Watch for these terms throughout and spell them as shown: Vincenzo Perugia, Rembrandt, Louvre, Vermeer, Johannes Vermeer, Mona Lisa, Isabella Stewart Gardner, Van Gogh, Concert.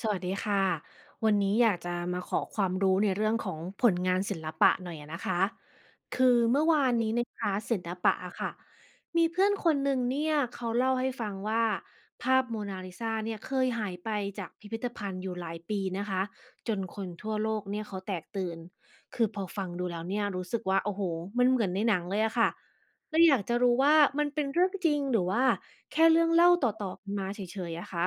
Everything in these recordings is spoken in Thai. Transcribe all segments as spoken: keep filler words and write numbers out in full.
สวัสดีค่ะวันนี้อยากจะมาขอความรู้ในเรื่องของผลงานศิลปะหน่อยอะนะคะคือเมื่อวานนี้ในคลาสศิลปะอะค่ะมีเพื่อนคนหนึ่งเนี่ยเขาเล่าให้ฟังว่าภาพโมนาลิซาเนี่ยเคยหายไปจากพิพิธภัณฑ์อยู่หลายปีนะคะจนคนทั่วโลกเนี่ยเขาแตกตื่นคือพอฟังดูแล้วเนี่ยรู้สึกว่าโอ้โหมันเหมือนในหนังเลยอะค่ะแล้วอยากจะรู้ว่ามันเป็นเรื่องจริงหรือว่าแค่เรื่องเล่าต่อๆกันมาเฉยๆอะคะ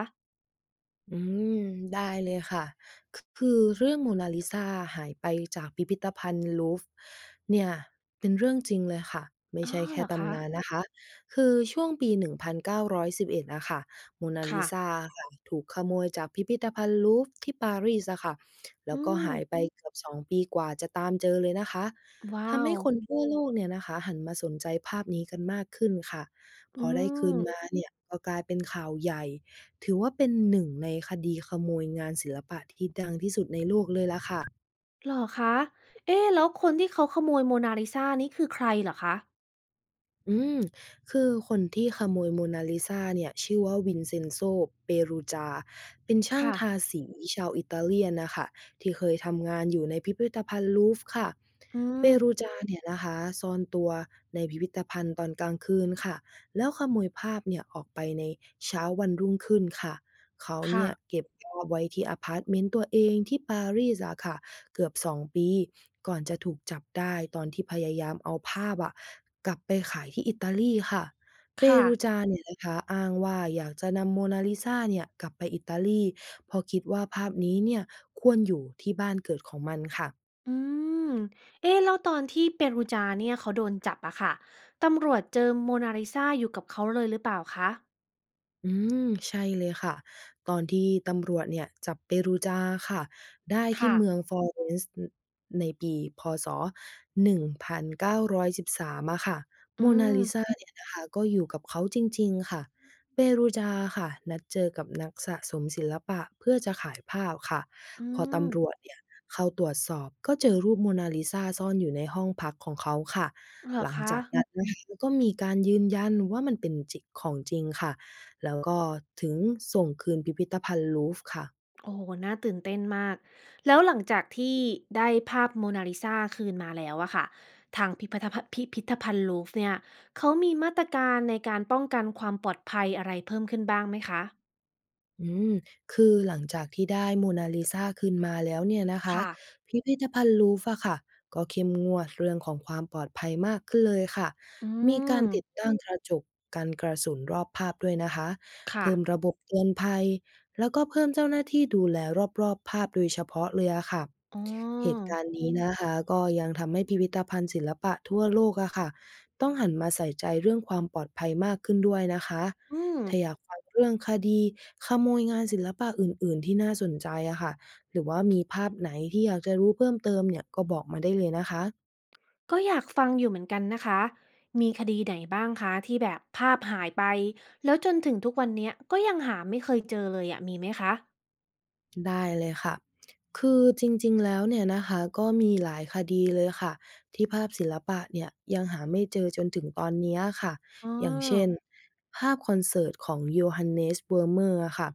อืมได้เลยค่ะคคือเรื่องโมนาลิซาหายไปจากพิพิธภัณฑ์ลูฟร์เนี่ยเป็นเรื่องจริงเลยค่ะไม่อ๋อใช่เหแค่รอคะ ตำนานนะคะคือช่วงปี หนึ่งพันเก้าร้อยสิบเอ็ดอยสิบเอ็ดอะค่ะโมนาลิค่ะ ซาอะค่ะถูกขโมยจากพิพิธภัณฑ์ลูฟร์ที่ปารีสอะค่ะแล้วอืก็ม หายไปเกือบสองปีกว่าจะตามเจอเลยนะคะว้าทำว ให้คนทั่วโลกเนี่ยนะคะหันมาสนใจภาพนี้กันมากขึ้นค่ะพออืได้คืมนมาเนี่ยก็กลายเป็นข่าวใหญ่ ถือว่าเป็นหนึ่งในคดีขโมยงานศิลปะที่ดังที่สุดในโลกเลยล่ะค่ะเหรอคะเอ๊ะแล้วคนที่เขาขโมยโมนาลิซานี่คือใครเหรอคะ อืมคือคนที่ขโมยโมนาลิซาเนี่ยชื่อว่า Vincenzo Perugia เซนโซเปรูจาเป็นช่างค่ะ ทาสีชาวอิตาเลียนนะคะที่เคยทำงานอยู่ในพิพิธภัณฑ์ลูฟร์ค่ะ อืม Perugia เนี่ยนะคะซ่อนตัวในพิพิธภัณฑ์ตอนกลางคืนค่ะแล้วขโมยภาพเนี่ยออกไปในเช้าวันรุ่งขึ้นค่ะ เขาเนี่ยค่ะ เก็บภาพไว้ที่อพาร์ตเมนต์ตัวเองที่ปารีสอะค่ะเกือบสองปีก่อนจะถูกจับได้ตอนที่พยายามเอาภาพอะกลับไปขายที่อิตาลีค่ะ ค่ะ Perugia เนี่ยนะคะอ้างว่าอยากจะนำ Mona Lisa เนี่ยกลับไปอิตาลีเพราะคิดว่าภาพนี้เนี่ยควรอยู่ที่บ้านเกิดของมันค่ะ อืมเอ๊ะแล้วตอนที่เปรูจาเนี่ยเขาโดนจับอะค่ะ ตำรวจเจอโมนาลิซาอยู่กับเขาเลยหรือเปล่าคะ อืมใช่เลยค่ะตอนที่ตำรวจเนี่ยจับเปรูจาค่ะได้ที่ค่ะ เมืองฟลอเรนซ์ในปีพศหนึ่งเก้าหนึ่งสามอยสิบสามอะค่ะโมอืนาม ลิซาเนี่ยนะคะก็อยู่กับเขาจริงๆค่ะเปรูจาค่ะนัดเจอกับนักสะสมศิลปะเพื่อจะขายภาพค่ะอืพอมตำรวจเนี่ยเข้าตรวจสอบก็เจอรูปโมนาลิซาซ่อนอยู่ในห้องพักของเขาค่ะเหรอหลังคะ จากนั้นนะคะก็มีการยืนยันว่ามันเป็นจิของจริงค่ะ แล้วก็ถึงส่งคืนพิพิธภัณฑ์ลูฟร์ค่ะ โอ้โฮน่าตื่นเต้นมาก แล้วหลังจากที่ได้ภาพโมนาลิซาคืนมาแล้วอะค่ะ ทางพิพธภัณฑ์พิพิธภัณฑ์ลูฟร์เนี่ย เขามีมาตรการในการป้องกันความปลอดภัยอะไรเพิ่มขึ้นบ้างไหมคะ อืมคือหลังจากที่ได้โมนาลิซาคืนมาแล้วเนี่ยนะคะค่ะ พิพิธภัณฑ์ลูฟร์อะค่ะก็เข้มงวดเรื่องของความปลอดภัยมากขึ้นเลยค่ะอืมีกาม รติดตั้งกระจกกันกระสุนรอบภาพด้วยนะคะค่ะเพิ่มระบบเตือนภัยแล้วก็เพิ่มเจ้าหน้าที่ดูแลรอบๆภาพโดยเฉพาะเลยอะค่ะอ๋อเหตุการณ์นี้นะคะก็ยังทำให้พิพิธภัณฑ์ศิลปะทั่วโลกอะค่ะต้องหันมาใส่ใจเรื่องความปลอดภัยมากขึ้นด้วยนะคะ อืม ถ้าอยากฟังเรื่องคดีขโมยงานศิลปะอื่นๆที่น่าสนใจอะค่ะหรือว่ามีภาพไหนที่อยากจะรู้เพิ่มเติมเนี่ยก็บอกมาได้เลยนะคะ ก็อยากฟังอยู่เหมือนกันนะคะ มีคดีไหนบ้างคะที่แบบภาพหายไป แล้วจนถึงทุกวันเนี้ยก็ยังหาไม่เคยเจอเลยอะมีไหมคะได้เลยค่ะ คือจริงๆแล้วเนี่ยนะคะก็มีหลายคดีเลยค่ะที่ภาพศิลปะเนี่ยยังหาไม่เจอจนถึงตอนเนี้ยค่ะ อ๋ออย่างเช่นภาพคอนเสิร์ตของโยฮันเนสเวอร์เมอร์ค่ะ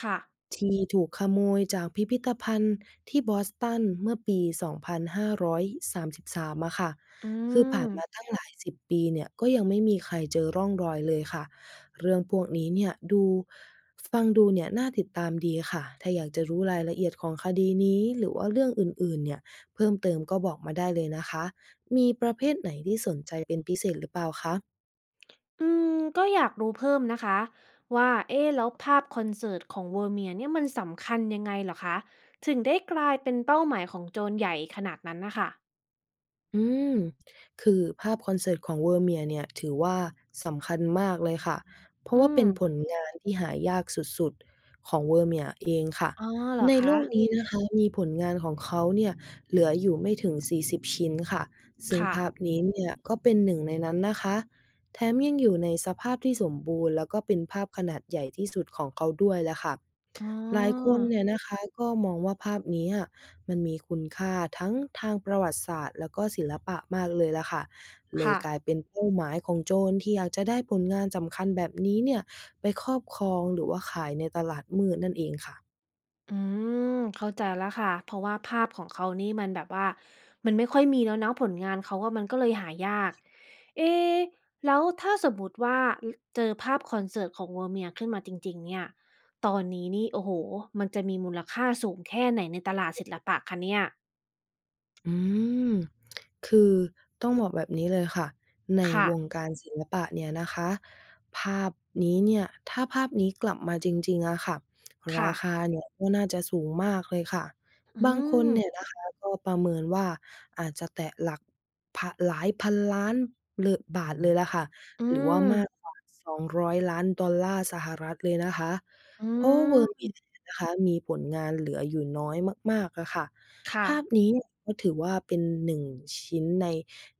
ค่ะที่ถูกขโมยจากพิพิธภัณฑ์ที่บอสตันเมื่อปีสองพันห้าร้อยสามสิบสามองพันห้าร้อยสามสิบสามอะค่ะอืคือผ่าม นมาตั้งหลายสิบปีเนี่ยก็ยังไม่มีใครเจอร่องรอยเลยค่ะเรื่องพวกนี้เนี่ยดู ฟังดูเนี่ยน่าติดตามดีค่ะ ถ้าอยากจะรู้รายละเอียดของคดีนี้หรือว่าเรื่องอื่นๆเนี่ยเพิ่มเติมก็บอกมาได้เลยนะคะ มีประเภทไหนที่สนใจเป็นพิเศษหรือเปล่าคะ อืมก็อยากรู้เพิ่มนะคะว่าเอ๊ะแล้วภาพคอนเสิร์ตของเวอร์เมียร์เนี่ยมันสำคัญยังไงเหรอคะถึงได้กลายเป็นเป้าหมายของโจรใหญ่ขนาดนั้นนะคะอืมคือภาพคอนเสิร์ตของเวอร์เมียร์เนี่ยถือว่าสำคัญมากเลยค่ะ เพราะอืว่าเป็มนผลงานที่หายากสุดๆของเวอร์เมียร์เองค่ะ อ๋อเหรอในคะโลกนี้นะคะมีผลงานของเขาเนี่ยเหลืออยู่ไม่ถึงสี่สิบชิ้นค่ะ ซึ่งค่ะภาพนี้เนี่ยก็เป็นหนึ่งในนั้นนะคะแถมยังอยู่ในสภาพที่สมบูรณ์แล้วก็เป็นภาพขนาดใหญ่ที่สุดของเขาด้วยแหละค่ะอ๋หลายคอนเนี่ยนะคะก็มองว่าภาพนี้ มันมีคุณค่าทั้งทางประวัติศาสตร์แล้วก็ศิลปะมากเลยล่ะค่ะ เลยค่ะ กลายเป็นเป้าหมายของโจรที่อยากจะได้ผลงานสำคัญแบบนี้เนี่ยไปครอบครองหรือว่าขายในตลาดมืดนั่นเองค่ะ อืมเข้าใจแล้วค่ะเพราะว่าภาพของเขานี่มันแบบว่ามันไม่ค่อยมีแล้วเนาะผลงานเขาก็มันก็เลยหายากเอ๊ะแล้วถ้าสมมุติว่าเจอภาพคอนเสิร์ตของ Vermeer ขึ้นมาจริงๆเนี่ยตอนนี้นี่โอ้โหมันจะมีมูลค่าสูงแค่ไหนในตลาดศิลปะคะเนี่ยอืมคือต้องบอกแบบนี้เลยค่ะ ในค่ะวงการศิลปะเนี่ยนะคะภาพนี้เนี่ยถ้าภาพนี้กลับมาจริงๆอะค่ะราคาค่ะเนี่ยก็น่าจะสูงมากเลยค่ะ อืบางคนมเนี่ยนะคะก็ประเมินว่าอาจจะแตะหลักพะหลายพันล้านเลอบาทเลยล่ะค่ะอืหรือว่ามมากกว่าสอง ศูนย์ ศูนย์ลานดอลลาร์สหรัฐเลยนะคะ อืเพราะว่า ม Vermeer เนี่ยนะคะมีผลงานเหลืออยู่น้อยมากๆอะค่ะ ค่ะภาพนี้ก็ถือว่าเป็นหนึ่งชิ้นใน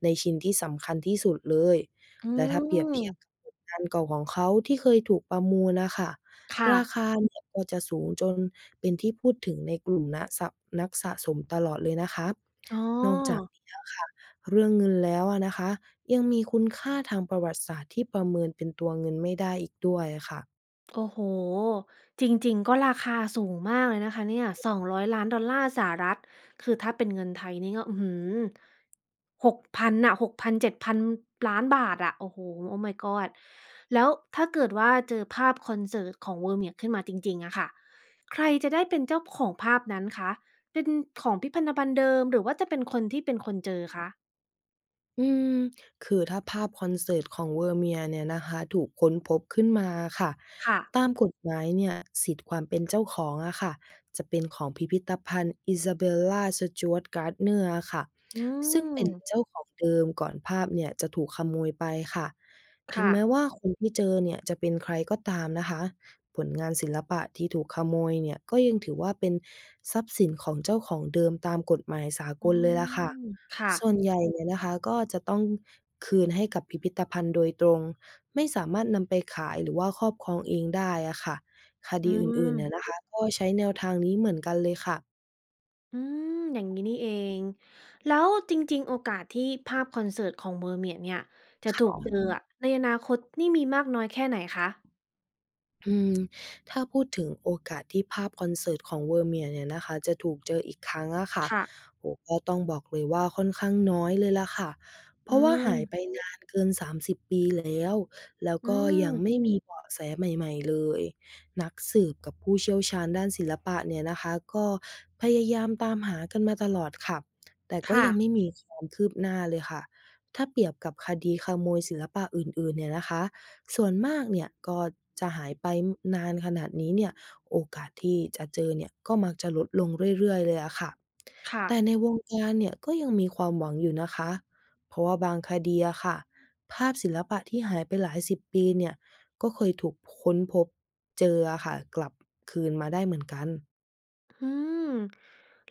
ในชิ้นที่สำคัญที่สุดเลย อืและถ้าเปรียบมเทียบกับผลงานเก่าของเขาที่เคยถูกประมูลน่ะค่ะค่ะราคาเนี่ยก็จะสูงจนเป็นที่พูดถึงในกลุ่มนะสะนักสะสมตลอดเลยนะคะอ๋นอกจากอ นี้อะค่ะเรื่องเงินแล้วอะนะคะยังมีคุณค่าทางประวัติศาสตร์ที่ประเมินเป็นตัวเงินไม่ได้อีกด้วยอะค่ะ โอ้โฮจริงๆ ก็ราคาสูงมากเลยนะคะเนี่ยสองร้อยล้านดอลลาร์สหรัฐคือถ้าเป็นเงินไทยนี่ก็อื้อฮือหกพันน่ะหก ศูนย์ ศูนย์ ศูนย์ เจ็ด ศูนย์ ศูนย์ ศูนย์ ศูนย์ ศูนย์ ศูนย์บาทอะโอ้โฮ Oh my god แล้วถ้าเกิดว่าเจอภาพคอนเสิร์ตของ Vermeer ขึ้นมาจริงๆอะค่ะใครจะได้เป็นเจ้าของภาพนั้นคะ เป็นของพิพันธภัณฑ์เดิมหรือว่าจะเป็นคนที่เป็นคนเจอคะอืมคือถ้าภาพคอนเสิร์ตของเวอร์เมียร์เนี่ยนะคะถูกค้นพบขึ้นมาค่ะค่ะตามกฎหมายเนี่ยสิทธิ์ความเป็นเจ้าของอะค่ะจะเป็นของพิพิธภัณฑ์ Isabella s t จ w a r t Gardner อร์ค่ะอืซึ่งเป็นมเจ้าของเดิมก่อนภาพเนี่ยจะถูกขโมยไปค่ะถึงค่ะแม้ว่าคนที่เจอเนี่ยจะเป็นใครก็ตามนะคะผลงานศิลปะที่ถูกขโมยเนี่ยก็ยังถือว่าเป็นทรัพย์สินของเจ้าของเดิมตามกฎหมายสากอืลเลยล่ะค่ะ มค่ะส่วนใหญ่เนี่ยนะคะก็จะต้องคืนให้กับพิพิธภัณฑ์โดยตรงไม่สามารถนำไปขายหรือว่าครอบครองเองได้อะค่ะคอืดีอื่ม นๆเนี่ยนะคะก็ใช้แนวทางนี้เหมือนกันเลยค่ะ อืมอย่างนี้นี่เองแล้วจริงๆโอกาสที่ภาพคอนเสิร์ตของ Mermaid เนี่ยจะถูกเจออะในอนาคตนี่มีมากน้อยแค่ไหนคะอืมถ้าพูดถึงโอกาสที่ภาพคอนเสิร์ตของ Vermeer เนี่ยนะคะจะถูกเจออีกครั้งอะค่ะค่ะโอ้โฮก็ต้องบอกเลยว่าค่อนข้างน้อยเลยล่ะค่ะเพอืราะว่าหายไปมนานเกินสามสิบปีแล้วแล้วอืก็ยังไม่มมีเบาะแสใหม่ๆเลยนักสืบกับผู้เชี่ยวชาญด้านศิลปะเนี่ยนะคะก็พยายามตามหากันมาตลอดค่ะแต่ก็ค่ะยังไม่มีความคืบหน้าเลยค่ะถ้าเปรียบกับคดีขโมยศิลปะอื่นๆเนี่ยนะคะ ส่วนมากเนี่ยก็จะหายไปนานขนาดนี้เนี่ยโอกาสที่จะเจอเนี่ยก็มักจะลดลงเรื่อยๆเลยอะค่ะค่ะแต่ในวงการเนี่ยก็ยังมีความหวังอยู่นะคะเพราะว่าบางคดีอะค่ะภาพศิลปะที่หายไปหลายสิบปีเนี่ยก็เคยถูกค้นพบเจออะค่ะกลับคืนมาได้เหมือนกัน อืม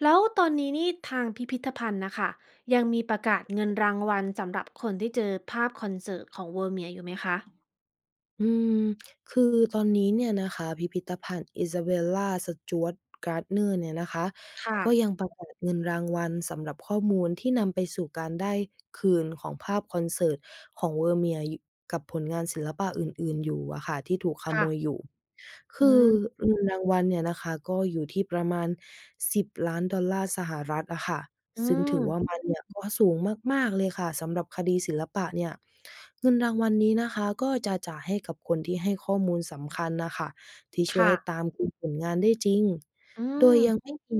แล้วตอนนี้นี่ทางพิพิธภัณฑ์น่ะค่ะยังมีประกาศเงินรางวัลสำหรับคนที่เจอภาพคอนเสิร์ตของ Mermaid อยู่ไหมคะอืมคือตอนนี้เนี่ยนะคะพิพิธภัณฑ์ Isabella Stewart Gardner เนี่ยนะคะค่ะก็ยังประกาศเงินรางวัลสำหรับข้อมูลที่นำไปสู่การได้คืนของภาพคอนเสิร์ตของ Vermeer อยู่กับผลงานศิลปะอื่นๆอยู่อะค่ะที่ถูกขโมค่ะยอยู่อืคือมเงินรางวัลเนี่ยนะคะก็อยู่ที่ประมาณสิบ 0อลลาร์สหรัฐอะค่ะ อืซึ่งถือว่ามมันเนี่ยก็สูงมากๆเลยค่ะสำหรับคดีศิลปะเนี่ยเงินรางวัลนี้นะคะก็จะจ่ายให้กับคนที่ให้ข้อมูลสำคัญน่ะค่ะที่ช่วยค่ะให้ตามกลุ่มผลงานได้จริงอืโดยยังม ไม่มี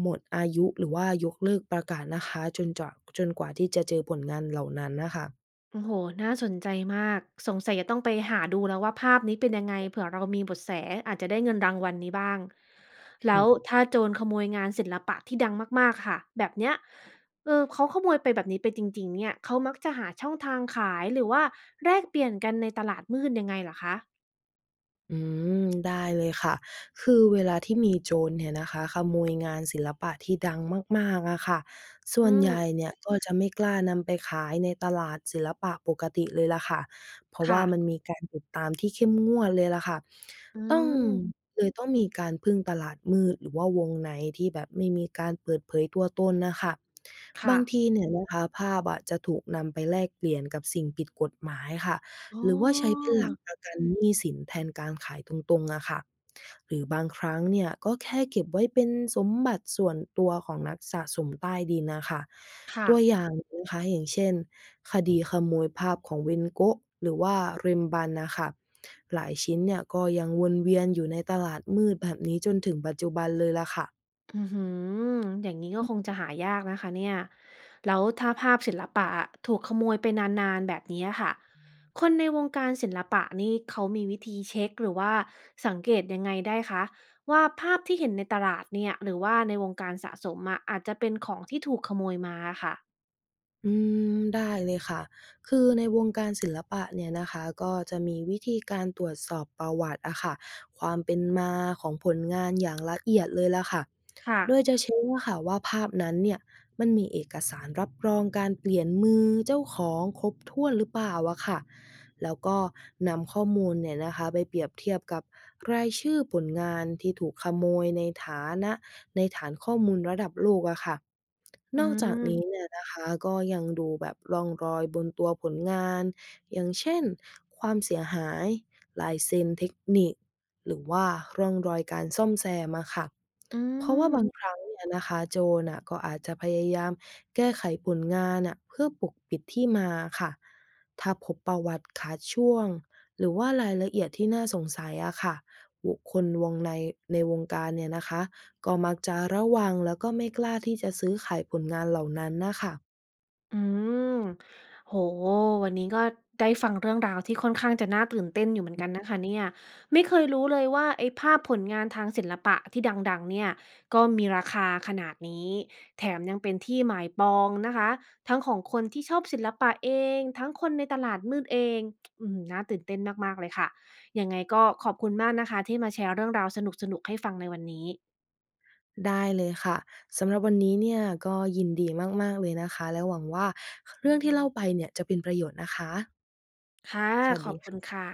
หมดอายุหรือว่ายกเลิกประกาศนะคะจนจะจนกว่าที่จะเจอผลงานเหล่านั้นน่ะค่ะโอ้โหน่าสนใจมาก สงสัยจะต้องไปหาดูแล้วว่าภาพนี้เป็นยังไงเผื่อเรามีเบาะแสอาจจะได้เงินรางวัลนี้บ้างหืแล้อ วถ้าโจรขโมยงานศิลปะที่ดังมากๆค่ะแบบเนี้ยเออเขาขโมยไปแบบนี้ไปจริงๆเนี่ยเขามักจะหาช่องทางขายหรือว่าแลกเปลี่ยนกันในตลาดมืดยังไงเหรอคะอืมได้เลยค่ะคือเวลาที่มีโจรเนี่ยนะคะขโมยงานศิลปะที่ดังมากๆอะค่ะส่อืวนมใหญ่เนี่ยก็จะไม่กล้านำไปขายในตลาดศิลปะปกติเลยล่ะค่ะเพราะว่าค่ะมันมีการติดตามที่เข้มงวดเลยล่ะค่ะอืต้องมเลยต้องมีการพึ่งตลาดมืดหรือว่าวงในที่แบบไม่มีการเปิดเผยตัวตนน่ะค่ะบาค่ะงทีเนี่ยนะคะภาพอะจะถูกนำไปแลกเปลี่ยนกับสิ่งผิดกฎหมายค่ะ อ๋หรือว่าใช้อเป็อนหลัมกประกันหนี้สินแทนการขายตรงๆอะค่ะหรือบางครั้งเนี่ยก็แค่เก็บไว้เป็นสมบัติส่วนตัวของนักสะสมใต้ดินน่ะค่ะค่ะ ตัวอย่างนะคะอย่างเช่นคดีขโมยภาพของ Van Gogh หรือว่า Rembrandt น่ะค่ะหลายชิ้นเนี่ยก็ยังวนเวียนอยู่ในตลาดมืดแบบนี้จนถึงปัจจุบันเลยล่ะค่ะ อือฮืออย่างนี้ก็คงจะหายากนะคะเนี่ยแล้วถ้าภาพศิลปะถูกขโมยไปนานๆแบบนี้ค่ะคนในวงการศิลปะนี่เขามีวิธีเช็คหรือว่าสังเกตยังไงได้คะว่าภาพที่เห็นในตลาดเนี่ยหรือว่าในวงการสะสมอะอาจจะเป็นของที่ถูกขโมยมาค่ะอืมได้เลยค่ะ คือในวงการศิลปะเนี่ยนะคะก็จะมีวิธีการตรวจสอบประวัติอะค่ะความเป็นมาของผลงานอย่างละเอียดเลยล่ะค่ะค่ะโดยจะเช็คว่าค่ะว่าภาพนั้นเนี่ย มันมีเอกสารรับรองการเปลี่ยนมือเจ้าของครบถ้วนหรือเปล่าอะค่ะแล้วก็นำข้อมูลเนี่ยนะคะไปเปรียบเทียบกับรายชื่อผลงานที่ถูกขโมยในฐานะในฐานข้อมูลระดับโลกอะค่ะอืนอกจากนี้มเนี่ยนะคะก็ยังดูแบบร่องรอยบนตัวผลงาน อย่างเช่นความเสียหายลายเซ็นเทคนิคหรือว่าร่องรอยการซ่อมแซมอะค่ะ อืเพราะว่าบางคม รั้งเนี่ยนะคะโจรน่ะก็อาจจะพยายามแก้ไขผลงานน่ะเพื่อปกปิดที่มาค่ะถ้าพบประวัติขาดช่วงหรือว่ารายละเอียดที่น่าสงสัยอะค่ะบุคคลวงในในวงการเนี่ยนะคะก็มักจะระวังแล้วก็ไม่กล้าที่จะซื้อขายผลงานเหล่านั้นนะค่ะอืมโหวันนี้ก็ได้ฟังเรื่องราวที่ค่อนข้างจะน่าตื่นเต้นอยู่เหมือนกันนะคะเนี่ยไม่เคยรู้เลยว่าไอ้ภาพผลงานทางศิลปะที่ดังๆเนี่ยก็มีราคาขนาดนี้ แถมยังเป็นที่หมายปองนะคะ ทั้งของคนที่ชอบศิลปะเอง ทั้งคนในตลาดมืดเอง อืม น่าตื่นเต้นมากๆ เลยค่ะยังไงก็ขอบคุณมากนะคะที่มาแชร์เรื่องราวสนุกๆให้ฟังในวันนี้ได้เลยค่ะสำหรับวันนี้เนี่ยก็ยินดีมากๆเลยนะคะและหวังว่าเรื่องที่เล่าไปเนี่ยจะเป็นประโยชน์นะคะค่ะสวัสขอดีบคุณค่ะ